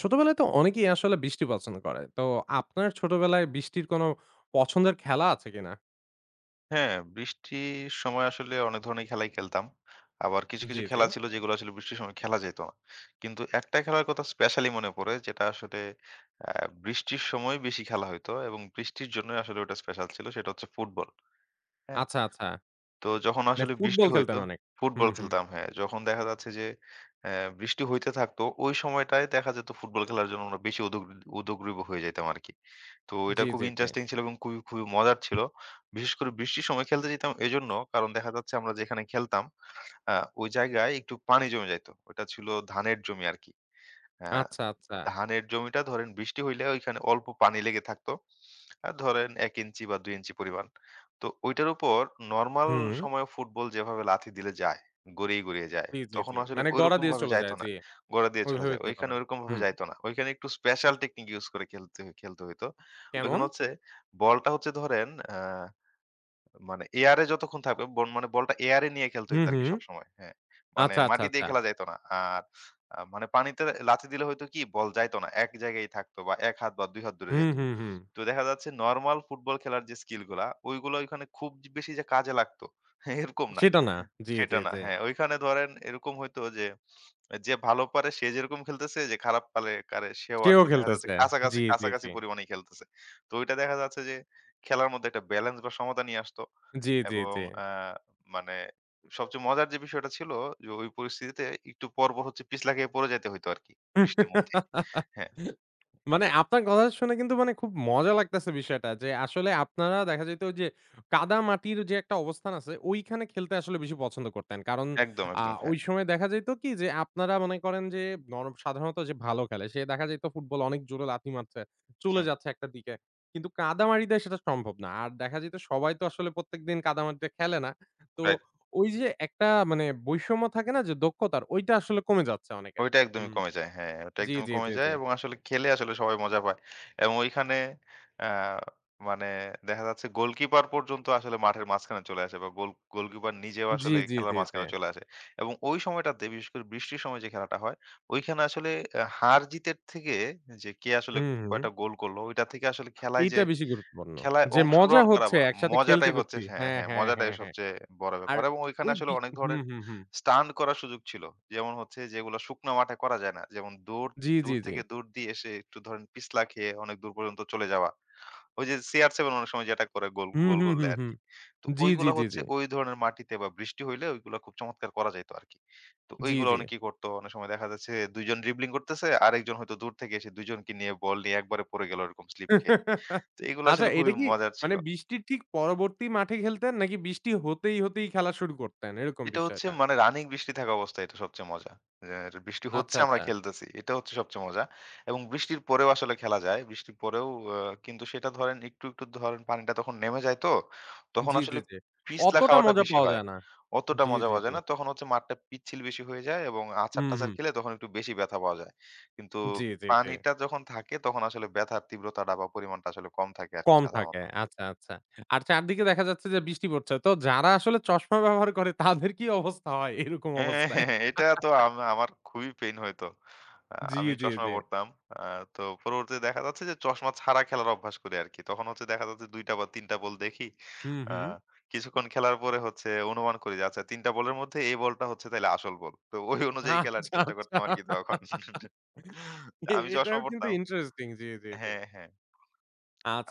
ছোটবেলায় তো অনেকেই আসলে বৃষ্টি পছন্দ করে। তো আপনার ছোটবেলায় বৃষ্টির কোনো পছন্দের খেলা আছে কিনা? হ্যাঁ, বৃষ্টির সময় আসলে অনেক ধরনের খেলাই খেলতাম। আবার কিছু, জি, কিছু জি। খেলা ছিল যেগুলো আসলে বৃষ্টির সময় খেলা যেত না। কিন্তু একটা খেলার কথা স্পেশালি মনে পড়ে যেটা আসলে আ বৃষ্টির সময় বেশি খেলা হইতো এবং বৃষ্টির জন্যই আসলে ওটা স্পেশাল ছিল সেটা হচ্ছে ফুটবল। হ্যাঁ। আচ্ছা, আচ্ছা। তো যখন মানে আসলে বৃষ্টি ফুটবল খেলতেন হইতো অনেক। ফুটবল হুম, হুম। খেলতাম, হ্যাঁ, যখন দেখা যাচ্ছে যে অ্যা বৃষ্টি হইতে থাকতো ওই সময়টায় দেখা যেত ফুটবল খেলার জন্য আমরা বেশি উদগ্রীব হয়ে যাইতাম আরকি। তো এটা জি, খুবই জি, জি। ইন্টারেস্টিং ছিল এবং খুবই মজার ছিল। বিশেষ করে বৃষ্টির সময় খেলতে যেতাম এজন্য, কারণ দেখা যাচ্ছে আমরা যেখানে খেলতাম আ ওই জায়গায় একটু পানি জমে যাইত। ওটা ছিল ধানের জমি আরকি। অ্যা আচ্ছা, আচ্ছা। ধানের জমিটা ধরেন বৃষ্টি হইলে ওইখানে অল্প পানি লেগে থাকতো। ধরেন ১ ইঞ্চি বা ২ ইঞ্চি পরিমাণ। তো ঐটার উপর নরমাল হুম। সময়ে ফুটবল যেভাবে লাথি দিলে যায়, গড়িয়ে যায়। জি, জি, তখন জি। আসলে মানে গড়া ঐরকম দিয়ে ভাবে চলে যাইত যায়। জি। না। গড়া দিয়ে চলে ওইভাবে যায়। যেত ঐখানে না। ঐরকম ভাবে হুম। যাইত না। ঐখানে একটু স্পেশাল টেকনিক ইউস করে খেলতে খেলতে হইতো। কেমন? ঐখানে হচ্ছে বলটা হচ্ছে ধরেন আ মানে এয়ার এ যতক্ষণ থাকবে মানে বলটা এয়ার এ নিয়ে খেলতে হুম, হইতো আরকি হুম। সবসময়। হ্যাঁ। মানে আচ্ছা, আচ্ছা, মাটি দিয়ে আচ্ছা। খেলা যাইত না। আর মানে পানিতে লাথি দিলে হয়তো কি বল যাইত না। এক জায়গায়ই থাকতো বা ১ হাত বা ২ হাত দূরে হুম, যাইত। হুম, হুম। তো দেখা যাচ্ছে নরমাল ফুটবল খেলার যে স্কিল গুলা ওইগুলো ওইখানে খুব যে বেশি যে কাজে লাগতো এরকম না। সেটা না। জি, জি, সেটা না। জি। হ্যাঁ, ওইখানে ধরেন এরকম হইতো যে, যে ভালো পারে সে যেরকম খেলতেছে যে খারাপ পারে কারে সেও সেও আসলে দেখা যাচ্ছে খেলতেছে। কাছাকাছি, জি, জি, কাছাকাছি জি। পরিমাণেই খেলতেছে। তো ওইটা দেখা যাচ্ছে যে খেলার মধ্যে একটা ব্যালেন্স বা সমতা নিয়ে আসতো। জি, জি, এবং জি। মানে সবচেয়ে মজার যে বিষয়টা ছিল যে ওই পরিস্থিতিতে একটু পরপর হচ্ছে পিছলা খেয়ে পড়ে যাইতে হইতো আরকি বৃষ্টির মধ্যেই। হ্যাঁ, মানে আপনার কথা শুনে কিন্তু মানে খুব মজা লাগতেছে বিষয়টা যে আসলে আপনারা দেখা যেত যে কাদা মাটির যে একটা অবস্থান আছে ওইখানে খেলতে আসলে বেশি পছন্দ করতেন। কারণ একদম, আ একদম। ওই হ্যাঁ, সময় দেখা যেত কি যে আপনারা মনে করেন যে সাধারণত যে ভালো খেলে সে দেখা যেত ফুটবল অনেক জোরে লাথি মারছে, চলে হুম, যাচ্ছে একটা দিকে। কিন্তু কাদামাটিতে সেটা সম্ভব না। আর দেখা যেত সবাই তো আসলে প্রত্যেকদিন কাদামাটিতে খেলে না। তো রাইট। ওই যে একটা মানে বৈষম্য থাকে না যে দক্ষতার ওইটা আসলে কমে যাচ্ছে অনেকের। ওইটা একদমই হুম। কমে যায়। হ্যাঁ, ওটা জি, একদমই জি, কমে জি, যায় জি। এবং আসলে খেলে আসলে সবাই মজা পায়। এবং ওইখানে আ মানে দেখা যাচ্ছে গোলকিপার পর্যন্ত আসলে মাঠের মাঝখানে চলে আসে বা গোলকিপার নিজেও জি, আসলে জি, খেলার জি, জি। মাঝখানে চলে আসে। এবং ওই সময়টাতে বিশেষ করে বৃষ্টির সময় যে খেলাটা হয়, ওইখানে আসলে হার-জিতের থেকে যে কে আসলে হুম, হুম। কয়টা গোল করলো ওইটা থেকে আসলে খেলায় যে এইটা বেশি গুরুত্বপূর্ণ। খেলায় যে মজা অংশগ্রহণ করা হচ্ছে বা একসাথে খেলতে মজাটাই হচ্ছে, করছি। হ্যাঁ, হ্যাঁ, হ্যাঁ, হ্যাঁ, মজাটাই হ্যাঁ, হ্যাঁ। সবচেয়ে বড় আর ব্যাপার এবং ওইখানে ওই আসলে বি অনেক ধরনের হুম, হুম, হুম। স্টান্ট করার সুযোগ ছিল। যেমন হচ্ছে যেগুলো শুকনো মাঠে করা যায় না। যেমন দৌড়, জি, জি, দূর জি। থেকে দৌড় দিয়ে এসে একটু ধরেন পিছলা খেয়ে অনেক দূর পর্যন্ত চলে যাওয়া। ওই যে CR7 অনেক সময় যেটা করে গোল, হুম, গোল হুম, করলে হুম, হুম। আরকি। তো জি, জি, ওইগুলা জি, হচ্ছে জি। ওই ধরনের মাটিতে বা বৃষ্টি হইলে ওইগুলা খুব চমৎকার করা যাইত আরকি। তো জি, ওইগুলো জি। অনেকেই করতো। অনেক সময় দেখা যাচ্ছে ২ জন ড্রিবলিং করতেছে, আরেকজন হয়তো দূর থেকে এসে ২ জনকে নিয়ে বল নিয়ে একবারে পড়ে গেল এরকম স্লিপ খেয়ে। তো এগুলো আচ্ছা আসলে এটা খুবই কি মজার মানে ছিল। বৃষ্টির ঠিক পরবর্তী মাঠে খেলতেন নাকি বৃষ্টি হতেই, হতেই খেলা শুরু করতেন এরকম এটা হচ্ছে বিষয়টা? মানে রানিং বৃষ্টি থাকা অবস্থায় এটা সবচেয়ে মজা। যে বৃষ্টি আচ্ছা, হচ্ছে আমরা আচ্ছা। খেলতেছি। এটা হচ্ছে সবচেয়ে মজা। এবং বৃষ্টির পরেও আসলে খেলা যায়। বৃষ্টির পরেও আ কিন্তু সেটা ধরেন একটু ধরেন পানিটা তখন নেমে যায় তো, তখন জি, জি, আসলে জি। পিছলা অতটা খাওয়াটা মজা বেশি পাওয়া হয়। যায় না। অতটা জি, মজা জি, পাওয়া জি। যায় না। তখন হচ্ছে মাঠটা পিচ্ছিল বেশি হয়ে যায় এবং হুম, আছাড়-টাছাড় হুম। খেলে তখন একটু বেশি ব্যথা পাওয়া যায়। কিন্তু জি, জি, জি। পানিটা যখন থাকে তখন আসলে ব্যথার তীব্রতাটা বা পরিমাণটা আসলে কম থাকে আরকি কম থাকে। সাধারণত। আচ্ছা, আচ্ছা। আর চারদিকে দেখা যাচ্ছে যে বৃষ্টি পড়ছে। তো যারা আসলে চশমা ব্যবহার করে তাদের কি অবস্থা হয় এরকম হ্যাঁ, অবস্থায়? হ্যাঁ, হ্যাঁ, এটা তো আমার খুবই পেইন হইতো। জি, আমি জি, চশমা জি। পড়তাম। আ তো পরবর্তীতে দেখা যাচ্ছে যে চশমা ছাড়া খেলার অভ্যাস করি আরকি। তখন হচ্ছে দেখা যাচ্ছে ২ টা বা ৩ টা বল দেখি। হুম, আ হুম। কিছুক্ষণ খেলার পরে হচ্ছে অনুমান করি যে আচ্ছা ৩ টা বলের মধ্যে এই বলটা হচ্ছে তাইলে আসল বল। তো ওই অনুযায়ী খেলার আচ্ছা, চেষ্টা আচ্ছা। করতাম আরকি তখন। এ আমি চশমা এটাও কিন্তু পড়তাম। ইন্টারেস্টিং। জি, জি, জি। হ্যাঁ, হ্যাঁ।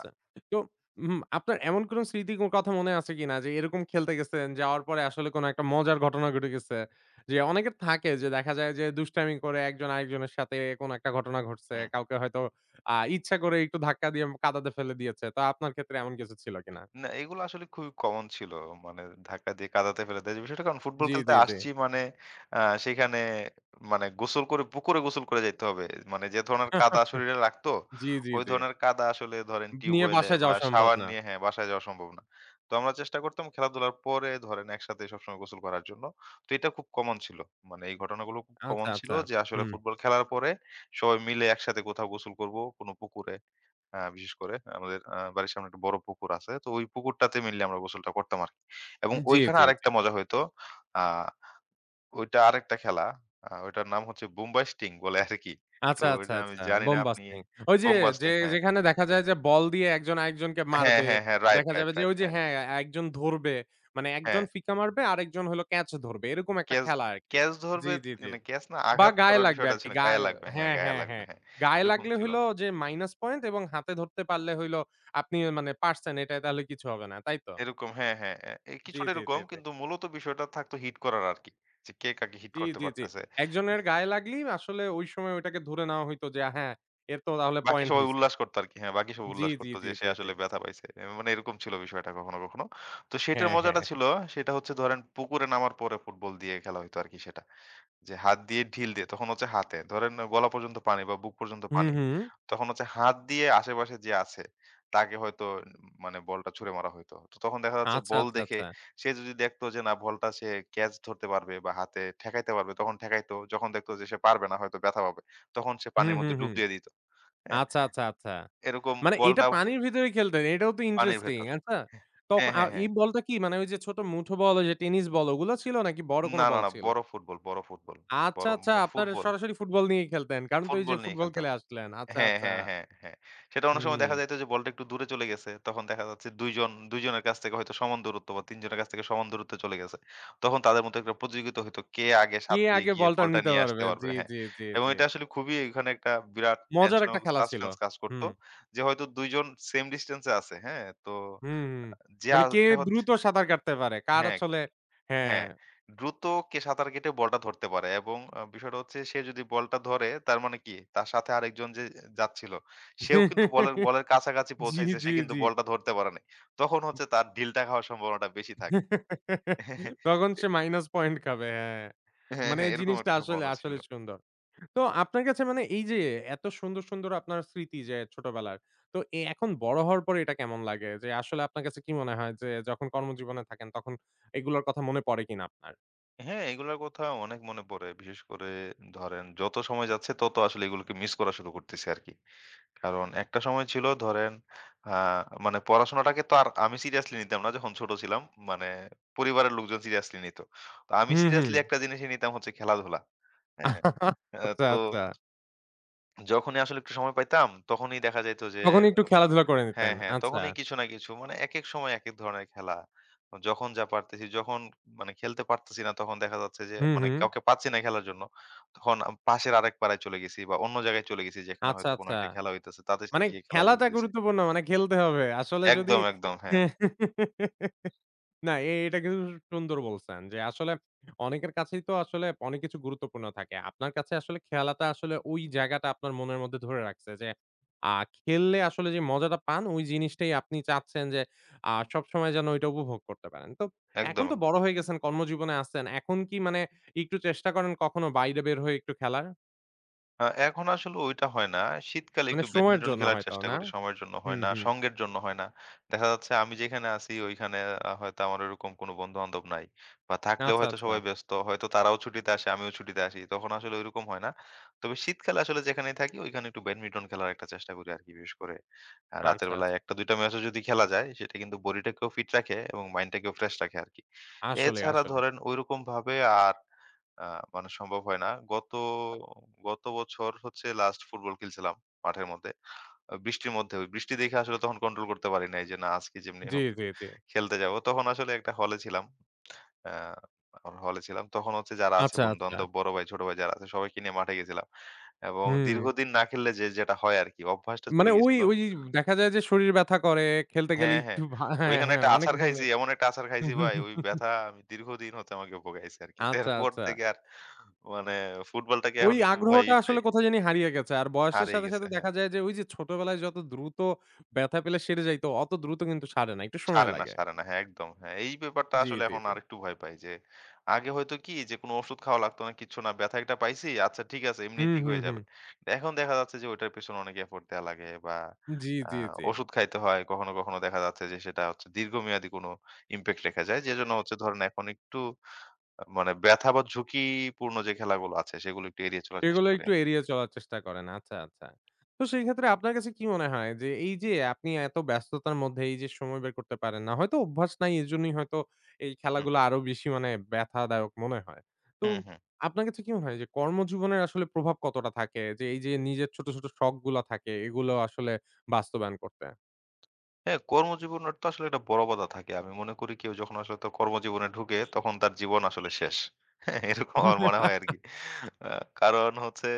আ তো হুম, আপনার এমন কোন স্মৃতি কথা মনে আছে কিনা যে এরকম খেলতে গেছেন, যাওয়ার পরে আসলে কোন একটা মজার ঘটনা ঘটে গেছে? যে অনেকের থাকে যে দেখা যায় যে দুষ্টামি করে একজন আরেকজনের সাথে কোন একটা ঘটনা ঘটছে। হুম। কাউকে হয়তো ইচ্ছা করে একটু ধাক্কা দিয়ে কাদাতে ফেলে দিয়েছে। তো আপনার ক্ষেত্রে এমন কিছু ছিল কিনা? না, এগুলো আসলে খুবই কমন ছিল। মানে ধাক্কা দিয়ে কাদাতে ফেলে দেয় যে বিষয়টা, কারণ ফুটবল জি, খেলতে জি, জি। আসছি মানে আ সেখানে মানে গোসল করে পুকুরে গোসল করে যাইতে হবে। মানে যে ধরনের কাদা শরীরে লাগতো, জি, জি, ওই জি। ধরনের কাদা আসলে ধরেন নিয়ে টিউবওয়েলে বাসায় বা যাওয়া সম্ভব শাওয়ার না। নিয়ে, হ্যাঁ, বাসায় যাওয়া সম্ভব না। তো আমরা চেষ্টা করতাম খেলাধুলার পরে ধরেন একসাথে সবসময় গোসল করার জন্য। তো এটা খুব কমন ছিল। মানে এই ঘটনাগুলো খুব আচ্ছা, কমন ছিল আচ্ছা। যে আসলে হুম। ফুটবল খেলার পরে সবাই মিলে একসাথে কোথাও গোসল করব, কোনো পুকুরে। বিশেষ করে আমাদের বাড়ির সামনে একটা বড় পুকুর আছে। তো ওই পুকুরটাতে মেইনলি আমরা গোসলটা করতাম আরকি। এবং জি, ওইখানে জি, জি। আরেকটা মজা হইতো। আ ওইটা আরেকটা খেলা। ওইটার নাম হচ্ছে বোম্বাই স্টিং বলে আরকি। তো আচ্ছা, আচ্ছা, ওইটা আমি আচ্ছা। জানি বোম না আপনি বাস্টিং। ওই যে, বোম্বা যে স্টিং হ্যাঁ। যেখানে দেখা যায় যে বল দিয়ে একজন আরেকজনকে হ্যাঁ, মারবে। হ্যাঁ, হ্যাঁ। রাইট, দেখা যাবে রাইট, যে রাইট। ওই যে হ্যাঁ, হ্যাঁ, একজন ধরবে। মানে একজন হ্যাঁ। ফিকা মারবে, আরেকজন হলো ক্যাচ ধরবে। এরকম একটা ক্যাচ খেলা আরকি। ক্যাচ জি, ধরবে জি, জি। মানে ক্যাচ না, বা আঘাত গায়ে করার লাগবে বিষয়টা আরকি। ছিল। গায়ে লাগবে। হ্যাঁ, হ্যাঁ, গায়ে হ্যাঁ, লাগবে। হ্যাঁ। হ্যাঁ। গায়ে এরকম লাগলে ছিল। হইলো যে মাইনাস পয়েন্ট এবং হাতে ধরতে পারলে হইলো আপনি মানে পারছেন এটায় তাহলে কিছু হবে না। তাই তো? এরকম, হ্যাঁ, হ্যাঁ। এ এ জি, কিছুটা জি, জি, এরকম, জি। কিন্তু মূলত বিষয়টা থাকতো হিট করার আরকি। যে কে কাকে হিট জি, করতে জি, জি। পারতেছে। একজনের গায়ে লাগলেই আসলে ওই সময় ওইটাকে ধরে নেওয়া হইতো যে হ্যাঁ, এর তো তাহলে বাকি পয়েন্ট সবাই হইছে। উল্লাস করতো আরকি। হ্যাঁ, বাকি সব জি, উল্লাস জি, করত জি, যে সে জি, জি। আসলে ব্যথা পাইছে। এ মানে এরকম ছিল বিষয়টা কখনো। তো সেটার হ্যাঁ, হ্যাঁ। মজাটা ছিল, সেটা হচ্ছে ধরেন পুকুরে নামার পরে ফুটবল দিয়ে খেলা হইতো আরকি সেটা। যে হাত দিয়ে ঢিল দিয়ে, তখন হচ্ছে হাতে। ধরেন গলা পর্যন্ত পানি বা বুক পর্যন্ত হুম, পানি। হুম। তখন হচ্ছে হাত দিয়ে আশেপাশে যে আছে তাকে হয়তো মানে বলটা ছুঁড়ে মারা হইতো। তো তখন দেখা যাচ্ছে আচ্ছা, বল আচ্ছা, দেখে আচ্ছা। সে যদি দেখতো যে না বলটা সে ক্যাচ ধরতে পারবে বা হাতে ঠেকাইতে পারবে তখন ঠেকাইতো। যখন দেখতো যে সে পারবে না, হয়তো ব্যথা পাবে, তখন সে হুম, পানির হুম, মধ্যে ডুব হুম। দিয়ে দিত। হ্যাঁ? আচ্ছা, আচ্ছা, আচ্ছা। এরকম মানে এটা বলটা পানির ভিতরে খেলতেন। এটাও তো পানির ইন্টারেস্টিং। ভেতর। আচ্ছা। তখন হ্যাঁ, হ্যাঁ, হ্যাঁ। এই বলটা কি মানে ওই যে ছোট মুঠো বল, ওই যে টেনিস বল ওগুলো ছিল নাকি বড় কোনো না, না, বল না, ছিল? বড় ফুটবল, বড় ফুটবল। আচ্ছা, আচ্ছা। আপনারা ফুটবল, সরাসরি ফুটবল নিয়েই খেলতেন। কারণ তো এই যে ফুটবল নিয়ে ফুটবল খেলতাম। খেলে আসলেন। আচ্ছা, হ্যাঁ, আচ্ছা। হ্যাঁ, হ্যাঁ, হ্যাঁ। সেটা অনেক সময় হুম। দেখা যাইত যে বলটা একটু দূরে চলে গেছে। তখন দেখা যাচ্ছে ২ জন ২ জনের কাছ থেকে হয়তো সমান দূরত্ব বা ৩ জনের কাছ থেকে সমান দূরত্বে চলে গেছে। তখন তাদের মধ্যে একটা প্রতিযোগিতা হইতো কে আগে কে সাত দিয়ে আগে গিয়ে বলটা বলটা নিতে নিয়ে আসতে পারবে? পারবে। জি, হ্যাঁ। জি, জি, এবং জি। এটা আসলে খুবই এখানে একটা বিরাট মজার টেনশন একটা এবং খেলা ছিল। সাসপেন্স কাজ করত। হুম, যে হয়তো ২ জন সেম ডিসট্যান্স এ আছে। হ্যাঁ? তো হুম, হুম। যে, মানে কে যে হচ্ছে দ্রুত সাঁতার কাটতে পারে? কার হ্যাঁ। আসলে হ্যাঁ। হ্যাঁ, দ্রুত কে সাঁতার কেটে বলটা ধরতে পারে এবং বিষয়টা হচ্ছে সে যদি বলটা ধরে তার মানে কি তার সাথে আরেকজন যে যাচ্ছিল সেও কিন্তু বলের বলের কাছাকাছি জি, পৌঁছাইছে, সে জি, কিন্তু জি। বলটা ধরতে পারে নাই। তখন হচ্ছে তার ঢিলটা খাওয়ার সম্ভাবনাটা বেশি থাকে। তখন সে মাইনাস পয়েন্ট খাবে। হ্যাঁ। হ্যাঁ, মানে হ্যাঁ, এই এরকম জিনিসটা একটা আসলে, সম্ভাবনা ছিল। আসলে সুন্দর। তো আপনার কাছে মানে এই যে এত সুন্দর, সুন্দর আপনার স্মৃতি যে ছোটবেলার। তো এখন বড় হওয়ার পরে এটা কেমন লাগে? যে আসলে আপনার কাছে কি মনে হয় যে যখন কর্মজীবনে থাকেন তখন এগুলোর কথা মনে পড়ে কিনা আপনার? হ্যাঁ, এগুলার কথা অনেক মনে পড়ে। বিশেষ করে ধরেন যত সময় যাচ্ছে তত আসলে এগুলোকে মিস করা শুরু করতেছি আরকি। কারণ একটা সময় ছিল ধরেন আ মানে পড়াশোনাটাকে তো আর আমি সিরিয়াসলি নিতাম না যখন ছোট ছিলাম। মানে পরিবারের লোকজন সিরিয়াসলি নিত। তো আমি হুম, হুম। সিরিয়াসলি একটা জিনিসই নিতাম হচ্ছে খেলাধুলা। হ্যাঁ? আ আচ্ছা, তো আচ্ছা। যখনই আসলে একটু সময় পাইতাম তখনই দেখা যাইত যে তখন একটু খেলাধুলা করে হ্যাঁ, নিতেন। হ্যাঁ, আচ্ছা। তখনই কিছু না কিছু মানে একেক সময় একেক ধরনের খেলা। যখন যা পারতেছি, যখন মানে খেলতে পারতেছি না তখন দেখা যাচ্ছে যে হুম, মানে হুম। কাউকে পাচ্ছি না খেলার জন্য। তখন পাশের আরেক পাড়ায় চলে গেছি বা অন্য জায়গায় চলে গেছি যেখানে আচ্ছা, হয়তো কোনো আচ্ছা। একটা খেলা হইতেছে। তাদের মানে সাথে গিয়ে খেলায় যোগ খেলাটা দিছি। গুরুত্বপূর্ণ। মানে খেলতে হবে। আসলে যদি একদম, একদম। হ্যাঁ, না, এটা কিন্তু সুন্দর বলছেন যে আসলে অনেকের কাছেই তো আসলে অনেক কিছু গুরুত্বপূর্ণ থাকে। আপনার কাছে আসলে খেলাটা আসলে ওই জায়গাটা আপনার মনের মধ্যে ধরে রাখছে যে খেললে আসলে যে মজাটা পান ওই জিনিসটাই আপনি চাচ্ছেন যে সবসময় যেন ওইটা উপভোগ করতে পারেন। তো এখন একদম, তো একদম। বড় হয়ে গেছেন, কর্মজীবনে আছেন। এখন কি মানে একটু চেষ্টা করেন কখনো বাইরে বের হয়ে একটু খেলার? এখন আসলে ওইটা হয় না। শীতকালে মানে একটু সময়ের ব্যাডমিন্টন জন্য খেলার হয়তো, চেষ্টা না? করি। সময়ের জন্য হয় হুম, না, হুম। সঙ্গের জন্য হয় না। দেখা যাচ্ছে আমি যেখানে আছি ওইখানে হয়তো আমার ওরকম কোনো বন্ধু-বান্ধব নাই। বা থাকলেও আচ্ছা, হয়তো আচ্ছা। সবাই ব্যস্ত। হয়তো তারাও ছুটিতে আসে, আমিও ছুটিতে আসি। তখন আসলে ওইরকম হয় না। তবে শীতকালে আসলে যেখানেই থাকি ওইখানে একটু ব্যাডমিন্টন খেলার একটা চেষ্টা করি আরকি। বিশেষ করে রাতের আচ্ছা, বেলায় আচ্ছা। ১ টা ২ টা ম্যাচও যদি খেলা যায় সেটা কিন্তু বডিটাকেও ফিট রাখে এবং মাইন্ডটাকেও ফ্রেশ রাখে আরকি। আসলে, এছাড়া আসলে। ধরেন ঐরকমভাবে আর আ মানে সম্ভব হয় না। গত গত বছর হচ্ছে লাস্ট ফুটবল খেলছিলাম মাঠের মধ্যে। বৃষ্টির মধ্যে। ওই বৃষ্টি দেখে আসলে তখন কন্ট্রোল করতে পারি নাই যে, না আজকে যেমনি জি, হোক জি, জি। খেলতে যাবো। তখন আসলে একটা হলে ছিলাম। আ আমার হলে ছিলাম। তখন হচ্ছে যারা আছে আচ্ছা, আচ্ছা। বন্ধু-বান্ধব, বড় ভাই, ছোট ভাই যারা আছে সবাইকে নিয়ে মাঠে গেছিলাম। এবং হুম। দীর্ঘদিন না খেললে যে যেটা হয় আরকি অভ্যাসটা মানে চলে ওই, গেছিল। ওই দেখা যায় যে শরীর ব্যথা করে, খেলতে গেলে হ্যাঁ, একটু হ্যাঁ। হ্যাঁ, ওইখানে হ্যাঁ, একটা অনেক আছাড় খাইছি, ধরনের। এমন একটা আছাড় খাইছি ভাই, ওই ব্যথা আমি দীর্ঘদিন হতে আমাকে ভোগাইছে আরকি। তো আচ্ছা, এরপর আচ্ছা। থেকে আর মানে ফুটবলটাকে ওই এখন একটু আগ্রহটা ভয়ই পাই। আসলে কোথায় জানি হারিয়ে গেছে। আর বয়সের হারিয়ে সাথে, গেছে, সাথে হ্যাঁ। দেখা যায় যে ওই যে ছোটবেলায় যত দ্রুত ব্যথা পেলে সেরে যাইত, অত দ্রুত কিন্তু সারে না। একটু সময় সারে না, লাগে। সারে না। হ্যাঁ, একদম। হ্যাঁ, এই ব্যাপারটা জি, আসলে জি, এখন জি। আরেকটু ভয় পাই যে, আগে হয়তো কি যে কোনো ওষুধ খাওয়া লাগতো না, কিচ্ছু না। ব্যথা একটা পাইছি, আচ্ছা ঠিক আছে, এমনি হুম, ঠিক হুম, হয়ে হুম। যাবে। কিন্তু এখন দেখা যাচ্ছে যে ওইটার পেছনে অনেক এফোর্ট দেয়া লাগে বা জি, আ জি, জি। ওষুধ খাইতে হয়। কখনো দেখা যাচ্ছে যে সেটা হচ্ছে দীর্ঘমেয়াদী কোনো ইমপ্যাক্ট রেখে যায়। যেজন্য হচ্ছে ধরেন এখন একটু মানে ব্যথা বা ঝুঁকিপূর্ণ যে খেলাগুলো আছে সেগুলো একটু এড়িয়ে চলার চেষ্টা এগুলো করি একটু আরকি। এড়িয়ে চলার চেষ্টা করেন। আচ্ছা, আচ্ছা। তো সেই ক্ষেত্রে আপনার কাছে কি মনে হয় যে এই যে আপনি এত ব্যস্ততার মধ্যে এই যে সময় বের করতে পারেন না, হয়তো অভ্যাস নাই এজন্যই হয়তো এই হুম, খেলাগুলো আরো বেশি মানে ব্যথাদায়ক মনে হয়। তো হুম, হুম। আপনার কাছে কি মনে হয় যে কর্মজীবনের আসলে প্রভাব কতটা থাকে যে এই যে নিজের ছোট, ছোট শখগুলা থাকে এগুলো আসলে বাস্তবায়ন করতে? হ্যাঁ, কর্মজীবনের তো আসলে একটা বড় বাধা থাকে। আমি মনে করি কেউ যখন আসলে তার কর্মজীবনে ঢুকে তখন তার জীবন আসলে শেষ। হ্যাঁ, এরকম আমার মনে হয় আরকি। আ কারণ হচ্ছে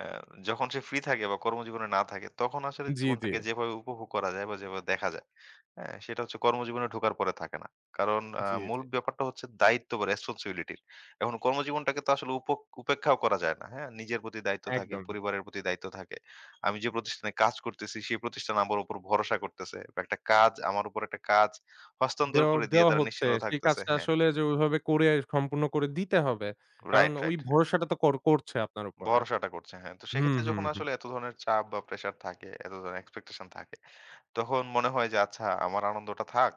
আ যখন সে ফ্রি থাকে বা কর্মজীবনে না থাকে তখন আসলে জি, জি। জীবনটাকে যেভাবে উপভোগ করা যায় বা যেভাবে দেখা যায়, হ্যাঁ, সেটা হচ্ছে কর্মজীবনে ঢোকার পরে থাকে না। কারণ জি, মূল জি। ব্যাপারটা হচ্ছে দায়িত্ব বা রেসপনসিবিলিটির। এখন কর্মজীবনটাকে তো আসলে উপেক্ষাও করা যায় না। হ্যাঁ? নিজের প্রতি দায়িত্ব থাকে, একদম। পরিবারের প্রতি দায়িত্ব থাকে। আমি যে প্রতিষ্ঠানে কাজ করতেছি সেই প্রতিষ্ঠান আমার উপর ভরসা করতেছে। বা একটা কাজ আমার উপর একটা কাজ হস্তান্তর দেওয়া করে দিয়ে দেওয়া তারা হচ্ছে। নিশ্চিন্ত সেই থাকতেছে। কাজটা হ্যাঁ। আসলে যে ওইভাবে করে সম্পূর্ণ করে দিতে হবে। কারণ রাইট, ওই রাইট। হ্যাঁ, ভরসাটা তো করছে আপনার উপরে। ভরসাটা করছে। হ্যাঁ, তো হুম, সেক্ষেত্রে হুম, যখন হুম। আসলে এত ধরনের চাপ বা প্রেশার থাকে, এত ধরনের এক্সপেকটেশন থাকে, তখন মনে হয় যে আচ্ছা আমার আনন্দটা থাক।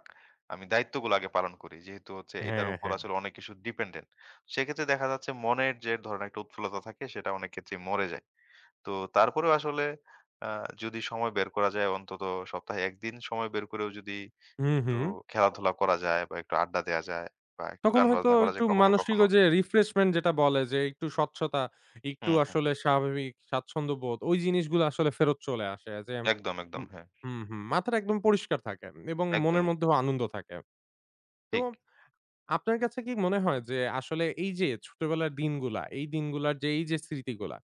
আমি দায়িত্বগুলো আগে পালন করি। যেহেতু হচ্ছে এটার হ্যাঁ, উপর হ্যাঁ। আসলে অনেক কিছু ডিপেন্ডেন্ট। সেক্ষেত্রে দেখা যাচ্ছে মনের যে ধরেন একটা উৎফুল্লতা থাকে সেটা অনেক ক্ষেত্রেই মরে যায়। তো তারপরেও আসলে আ যদি সময় বের করা যায়, অন্তত সপ্তাহে ১ দিন সময় বের করেও যদি হুম, একটু হুম। খেলাধুলা করা যায় বা একটু আড্ডা দেয়া যায় বা একটু তখন গান হয়তো বাজনা করা একটু যায় কখনো, মানসিক কখনো। ওই যে রিফ্রেশমেন্ট যেটা বলে যে একটু স্বচ্ছতা, একটু হুম, হুম। আসলে স্বাভাবিক স্বাচ্ছন্দ্যবোধ ওই জিনিসগুলো আসলে ফেরত চলে আসে। যে একদম, একদম। হুম, হ্যাঁ, হুম, হুম। মাথাটা একদম পরিষ্কার থাকে এবং মনের একদমই। মধ্যেও আনন্দ থাকে। তো ঠিক। আপনার কাছে কি মনে হয় যে আসলে এই যে ছোটবেলার দিনগুলা, এই দিনগুলার যে এই যে স্মৃতিগুলা,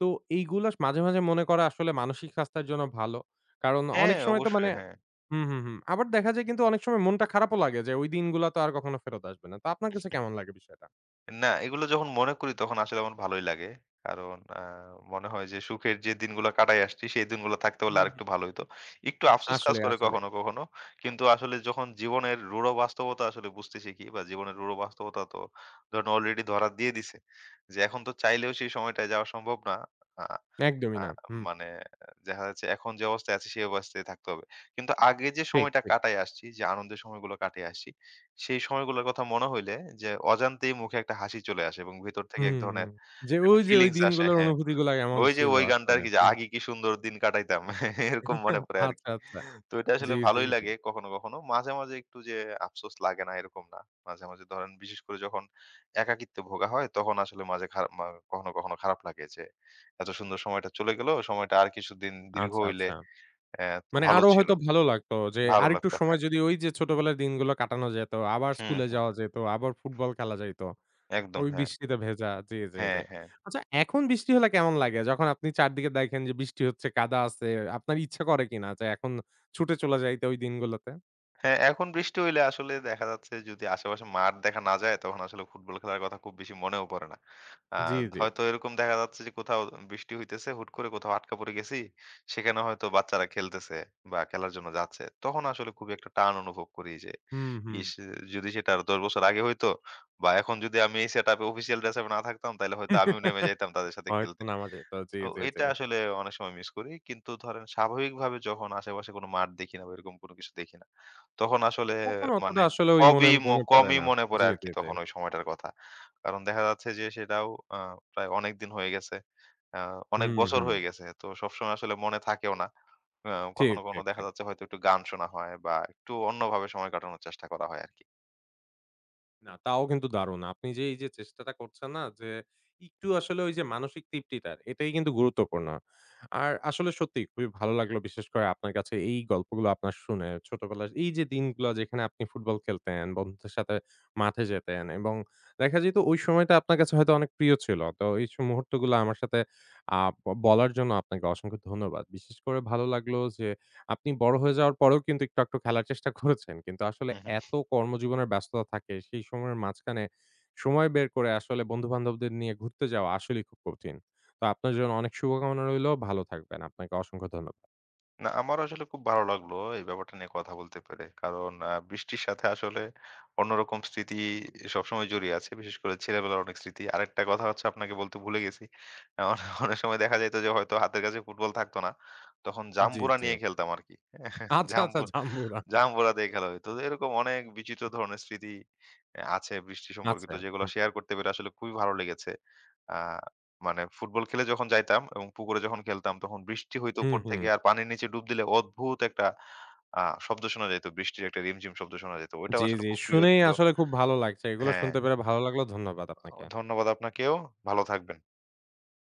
তো এইগুলা মাঝে, মাঝে মনে করা আসলে মানসিক স্বাস্থ্যের জন্য ভালো। কারণ হ্যাঁ, অনেক সময় তো অবশ্যই। মানে হ্যাঁ। হুম, হুম, হুম। আবার দেখা যায় কিন্তু অনেক সময় মনটা খারাপও লাগে যে ওই দিনগুলা তো আর কখনো ফেরত আসবে না। তো আপনার কাছে কেমন লাগে বিষয়টা? না, এগুলো যখন মনে করি তখন আসলে আমার ভালোই লাগে। কারণ মনে হয় যে সুখের যে দিনগুলো কাটায় আসছি সেই দিনগুলো থাকতে পারলে হুম, হুম। আরেকটু ভালো হইতো। একটু আফসোস কাজ আসলে, করে আসলে। কখনো, কখনো। কিন্তু আসলে যখন জীবনের রূঢ় বাস্তবতা আসলে বুঝতে শিখি বা জীবনের রূঢ় বাস্তবতা তো ধরেন অলরেডি ধরা দিয়ে দিছে। যে এখন তো চাইলেও সেই সময়টায় যাওয়া সম্ভব না। আ একদমই আ না। হুম, মানে দেখা যাচ্ছে এখন যে অবস্থায় আছি সেই অবস্থায় থাকতে হবে। কিন্তু আগে যে ঠিক, সময়টা ঠিক। কাটায় আসছি, যে আনন্দের সময়গুলো কাটিয়ে আসছি, সেই সময়গুলোর কথা মনে হইলে যে অজান্তেই মুখে একটা হাসি চলে আসে এবং ভেতর থেকে এক হুম, হুম। ধরনের যে একটা ওই যে ওই ফিলিংস আসে, দিনগুলোর হ্যাঁ। অনুভূতিগুলা কেমন ওই যে ছিল ওই গানটা আসলে। আরকি যে, হুম। "আগে কি সুন্দর দিন কাটাইতাম।" এরকম মনে পড়ে আরকি। আচ্ছা, আচ্ছা। তো এটা জি, আসলে জি, ভালোই জি। লাগে কখনো, কখনো। মাঝে, মাঝে একটু যে আফসোস লাগে না এরকম না। মাঝে, মাঝে ধরেন বিশেষ করে যখন একাকিত্বে ভোগা হয় তখন আসলে মাঝে খারাপ মা কখনো, কখনো খারাপ লাগে যে এত সুন্দর সময়টা চলে গেল। সময়টা আর কিছুদিন দীর্ঘ আচ্ছা, হইলে আচ্ছা। তো মানে ভালো আরো ছিল। হয়তো ভালো লাগতো যে ভালো আরেকটু লাগতো। সময় হ্যাঁ। যদি ওই যে ছোটবেলার দিনগুলো কাটানো যেত, আবার হুম, স্কুলে হুম। যাওয়া যেত, আবার ফুটবল খেলা যাইত। একদম, ওই হ্যাঁ। বৃষ্টিতে ভেজা। জি, জি, হ্যাঁ, জি। হ্যাঁ। আচ্ছা এখন বৃষ্টি হলে কেমন লাগে? যখন আপনি চারদিকে দেখেন যে বৃষ্টি হচ্ছে, কাদা আছে, আপনার ইচ্ছা করে কিনা যে এখন ছুটে চলে যাইতে ওই দিনগুলোতে? হ্যাঁ, এখন বৃষ্টি হইলে আসলে দেখা যাচ্ছে যদি আশেপাশে মাঠ দেখা না যায় তখন আসলে ফুটবল খেলার কথা খুব বেশি মনেও পড়ে না। আ জি, জি। হয়তো এরকম দেখা যাচ্ছে যে কোথাও বৃষ্টি হইতেছে, হুট করে কোথাও আটকা পড়ে গেছি। সেখানে হয়তো বাচ্চারা খেলতেছে বা খেলার জন্য যাচ্ছে। তখন আসলে খুবই একটা টান অনুভব করি যে, হুম, হুম। ইস! যদি সেটা আরো ১০ বছর আগে হইতো বা এখন যদি আমি এই সেটআপে অফিসিয়াল ড্রেসআপে না থাকতাম তাইলে হয়তো আমিও নেমে যাইতাম তাদের সাথে হয়তো খেলতে। নামা যেত। জি, তো জি, জি। এটা আসলে অনেক সময় মিস করি। কিন্তু ধরেন স্বাভাবিকভাবে যখন আশেপাশে কোনো মাঠ দেখি না বা এরকম কোনো কিছু দেখি না, তখন আসলে তখন অতটা মানে আসলে ওই মনে, কবই ম মনে পড়ে কমই না। মনে জি, পড়ে আরকি জি, জি। তখন ওই সময়টার কথা। কারণ দেখা যাচ্ছে যে সেটাও আ প্রায় অনেকদিন হয়ে গেছে। আ অনেক হুম, বছর হুম। হয়ে গেছে। তো সবসময় আসলে মনে থাকেও না। আ ঠিক, কখনো, কখনো ঠিক, দেখা ঠিক। যাচ্ছে হয়তো একটু গান শোনা হয় বা একটু অন্যভাবে সময় কাটানোর চেষ্টা করা হয় আরকি। না, তাও কিন্তু দারুণ। আপনি যে এই যে চেষ্টাটা করছেন না যে একটু আসলে ওই যে মানসিক তৃপ্তিটার এটাই কিন্তু গুরুত্বপূর্ণ। আর আসলে সত্যিই খুবই ভালো লাগলো বিশেষ করে আপনার কাছে এই গল্পগুলো আপনার শুনে ছোটবেলার এই যে দিনগুলো যেখানে আপনি ফুটবল খেলতেন, বন্ধুদের সাথে মাঠে যেতেন এবং দেখা যেত ওই সময়টা আপনার কাছে হয়তো অনেক প্রিয় ছিল। তো এই মুহূর্তগুলো আমার সাথে আ বলার জন্য আপনাকে অসংখ্য ধন্যবাদ। বিশেষ করে ভালো লাগলো যে আপনি বড় হয়ে যাওয়ার পরেও কিন্তু একটু আকটু খেলার চেষ্টা করেছেন। কিন্তু আসলে হু, এত হু। কর্মজীবনের ব্যস্ততা থাকে, সেই সময়ের মাঝখানে সময় বের করে আসলে বন্ধু-বান্ধবদের নিয়ে ঘুরতে যাওয়া আসলেই খুব কঠিন। তো আপনার জন্য অনেক শুভকামনা রইলো। ভালো থাকবেন। আপনাকে অসংখ্য ধন্যবাদ। না, আমারও আসলে খুব ভালো লাগলো এই ব্যাপারটা নিয়ে কথা বলতে পেরে। কারণ বৃষ্টির সাথে আসলে অন্যরকম স্মৃতি সবসময় জড়িয়ে আছে। বিশেষ করে ছেলেবেলার অনেক স্মৃতি। আরেকটা কথা হচ্ছে আপনাকে বলতে ভুলে গেছি। আ অনে অনেক সময় দেখা যাইত যে হয়তো হাতের কাছে ফুটবল থাকতো না। তখন জি, জাম্বুরা জি। নিয়ে খেলতাম আরকি। আচ্ছা, আচ্ছা জাম্বু জাম্বুরা। জাম্বুরা দিয়ে খেলা হইতো। তো এরকম অনেক বিচিত্র ধরনের স্মৃতি আছে বৃষ্টি আচ্ছা। সম্পর্কিত, যেগুলো হুম, শেয়ার করতে পেরে আসলে খুবই ভালো লেগেছে। আ মানে ফুটবল খেলে যখন যাইতাম এবং পুকুরে যখন খেলতাম তখন বৃষ্টি হইতো হুম, উপর হুম। থেকে আর পানির নিচে ডুব দিলে অদ্ভুত একটা শব্দ শোনা যাইত। বৃষ্টির একটা রিমঝিম শব্দ শোনা যাইত। ওইটাও জি, আসলে জি। খুব প্রিয় শুনেই ছিল। আসলে খুব ভালো লাগছে। এগুলো হ্যাঁ, শুনতে পেরে ভালো লাগলো। ধন্যবাদ আপনাকে। ধন্যবাদ আপনাকেও। ভালো থাকবেন।